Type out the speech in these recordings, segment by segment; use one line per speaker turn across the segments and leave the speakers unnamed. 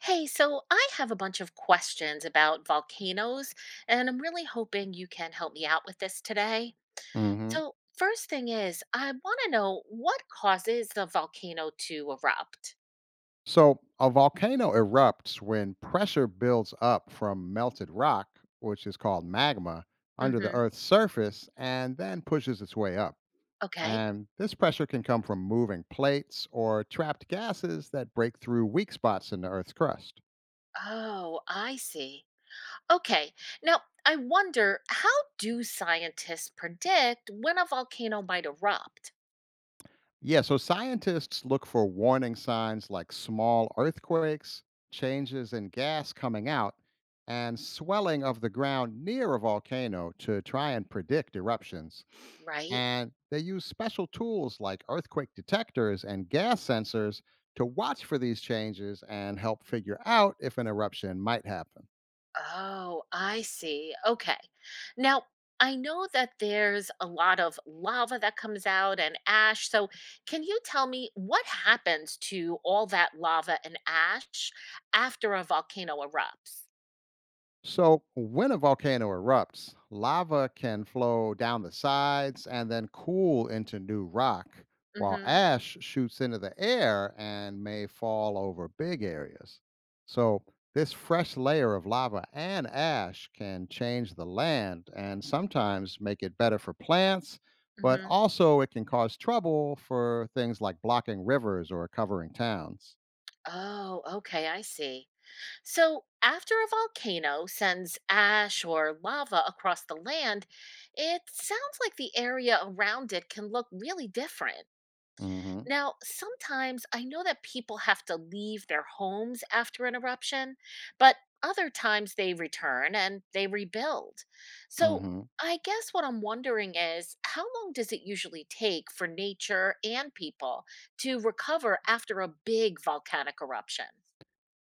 Hey, so I have a bunch of questions about volcanoes, and I'm really hoping you can help me out with this today.
Hmm.
So, first thing is, I want to know what causes a volcano to erupt?
So a volcano erupts when pressure builds up from melted rock, which is called magma, under the
Mm-hmm.
Earth's surface and then pushes its way up.
Okay.
And this pressure can come from moving plates or trapped gases that break through weak spots in the Earth's crust.
Oh, I see. Okay. Now, I wonder how do scientists predict when a volcano might erupt,
Yeah, so scientists look for warning signs like small earthquakes, changes in gas coming out, and swelling of the ground near a volcano to try and predict eruptions.
right?
And they use special tools like earthquake detectors and gas sensors to watch for these changes and help figure out if an eruption might happen.
Oh, I see. Okay. Now, I know that there's a lot of lava that comes out and ash. So, can you tell me what happens to all that lava and ash after a volcano erupts?
So, when a volcano erupts, lava can flow down the sides and then cool into new rock, while
Mhm.
ash shoots into the air and may fall over big areas. So, this fresh layer of lava and ash can change the land and sometimes make it better for plants, but
Mhm.
also it can cause trouble for things like blocking rivers or covering towns.
Oh, okay, I see. So, after a volcano sends ash or lava across the land, it sounds like the area around it can look really different.
Hmm.
Now, sometimes I know that people have to leave their homes after an eruption, but other times they return and they rebuild. So,
Hmm.
I guess what I'm wondering is how long does it usually take for nature and people to recover after a big volcanic eruption?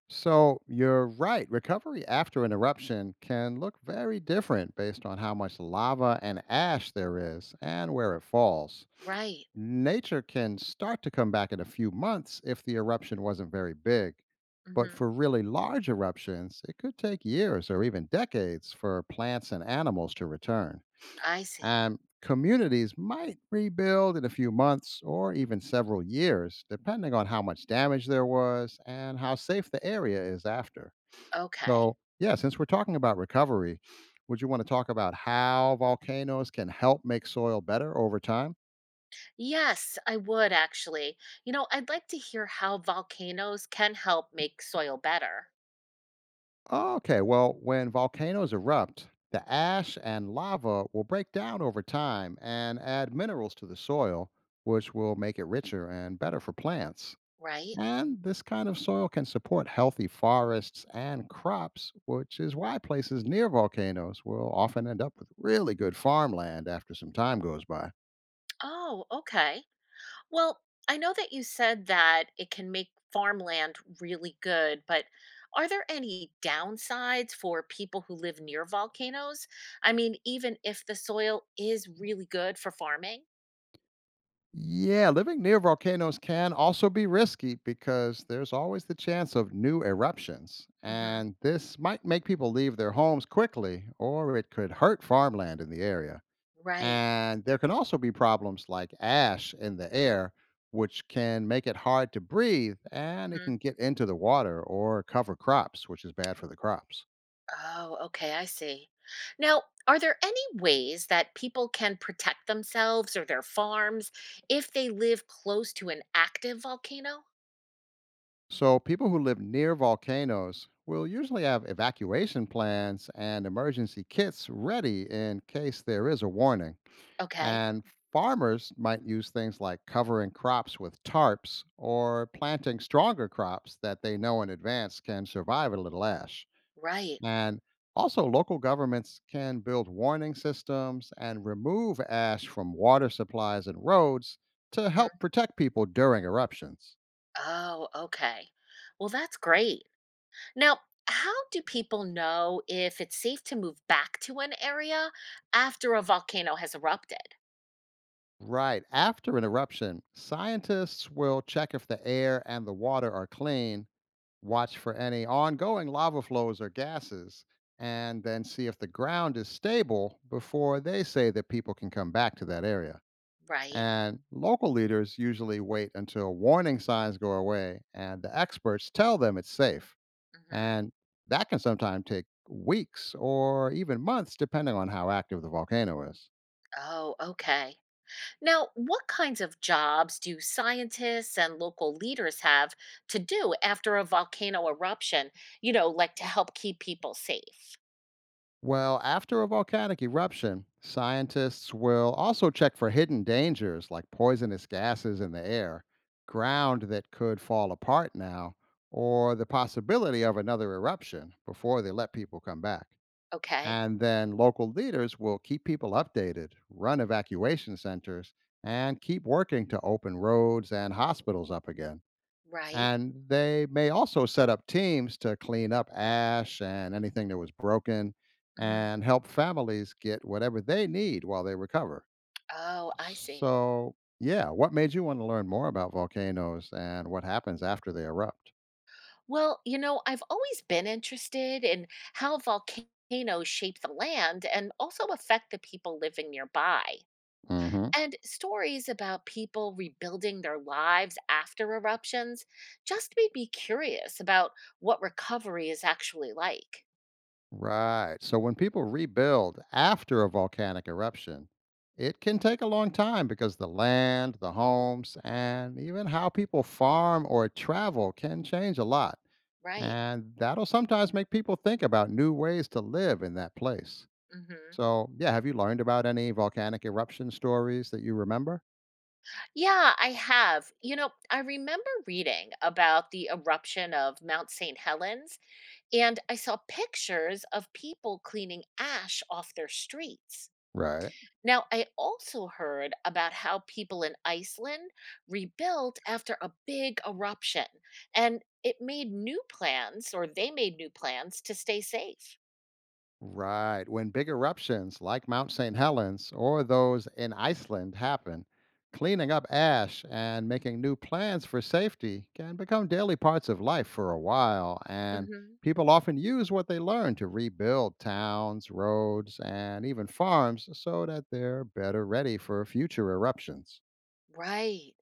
So you're right. Recovery after an eruption can look very different based on how much lava and ash there is and where it falls.
Right.
Nature can start to come back in a few months if the eruption wasn't very big. But
Hmm.
for really large eruptions, it could take years or even decades for plants and animals to return,
I see.
and communities might rebuild in a few months or even several years, depending on how much damage there was and how safe the area is after.
Okay.
So, yeah, since we're talking about recovery, would you want to talk about how volcanoes can help make soil better over time?
Yes, I would actually. You know, I'd like to hear how volcanoes can help make soil better,
Okay, well, when volcanoes erupt, the ash and lava will break down over time and add minerals to the soil, which will make it richer and better for plants.
right?
And this kind of soil can support healthy forests and crops, which is why places near volcanoes will often end up with really good farmland after some time goes by.
Oh, okay. Well, I know that you said that it can make farmland really good, but are there any downsides for people who live near volcanoes? I mean, even if the soil is really good for farming?
Yeah, living near volcanoes can also be risky because there's always the chance of new eruptions.
Hmm.
And this might make people leave their homes quickly, or it could hurt farmland in the area.
Right.
And there can also be problems like ash in the air, which can make it hard to breathe, and it
Hmm.
can get into the water or cover crops, which is bad for the crops.
Oh, okay. I see. Now, are there any ways that people can protect themselves or their farms if they live close to an active volcano?
So, people who live near volcanoes will usually have evacuation plans and emergency kits ready in case there is a warning.
Okay.
And farmers might use things like covering crops with tarps or planting stronger crops that they know in advance can survive a little ash.
Right.
And also, local governments can build warning systems and remove ash from water supplies and roads to
Mm-hmm.
help protect people during eruptions.
Oh, okay. Well, that's great. Now, how do people know if it's safe to move back to an area after a volcano has erupted?
Right after an eruption, scientists will check if the air and the water are clean, watch for any ongoing lava flows or gases, and then see if the ground is stable before they say that people can come back to that area.
Right.
And local leaders usually wait until warning signs go away and the experts tell them it's safe.
Hmm.
And that can sometimes take weeks or even months, depending on how active the volcano is.
Oh, okay. Now, what kinds of jobs do scientists and local leaders have to do after a volcano eruption? You know, like to help keep people safe.
Well, after a volcanic eruption, scientists will also check for hidden dangers like poisonous gases in the air, ground that could fall apart now, or the possibility of another eruption before they let people come back.
Okay.
And then local leaders will keep people updated, run evacuation centers, and keep working to open roads and hospitals up again.
Right.
And they may also set up teams to clean up ash and anything that was broken,
Hmm.
and help families get whatever they need while they recover.
Oh, I see.
So, yeah, what made you want to learn more about volcanoes and what happens after they erupt?
Well, you know, I've always been interested in how volcanoes shape the land and also affect the people living nearby.
Hmm.
And stories about people rebuilding their lives after eruptions just made me curious about what recovery is actually like.
Right. So when people rebuild after a volcanic eruption, it can take a long time because the land, the homes, and even how people farm or travel can change a lot.
Right.
And that'll sometimes make people think about new ways to live in that place.
Hmm.
So, yeah, have you learned about any volcanic eruption stories that you remember?
Yeah, I have. You know, I remember reading about the eruption of Mount St. Helens, and I saw pictures of people cleaning ash off their streets.
Right.
Now, I also heard about how people in Iceland rebuilt after a big eruption and it made new plans, or they made new plans to stay safe.
Right. When big eruptions like Mount St. Helens or those in Iceland happen, cleaning up ash and making new plans for safety can become daily parts of life for a while. And
Hmm.
people often use what they learn to rebuild towns, roads, and even farms so that they're better ready for future eruptions.
Right.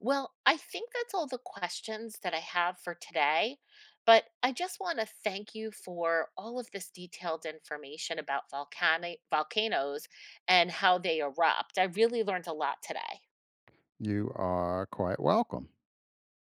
Well, I think that's all the questions that I have for today. But I just want to thank you for all of this detailed information about volcanic volcanoes and how they erupt. I really learned a lot today.
You are quite welcome.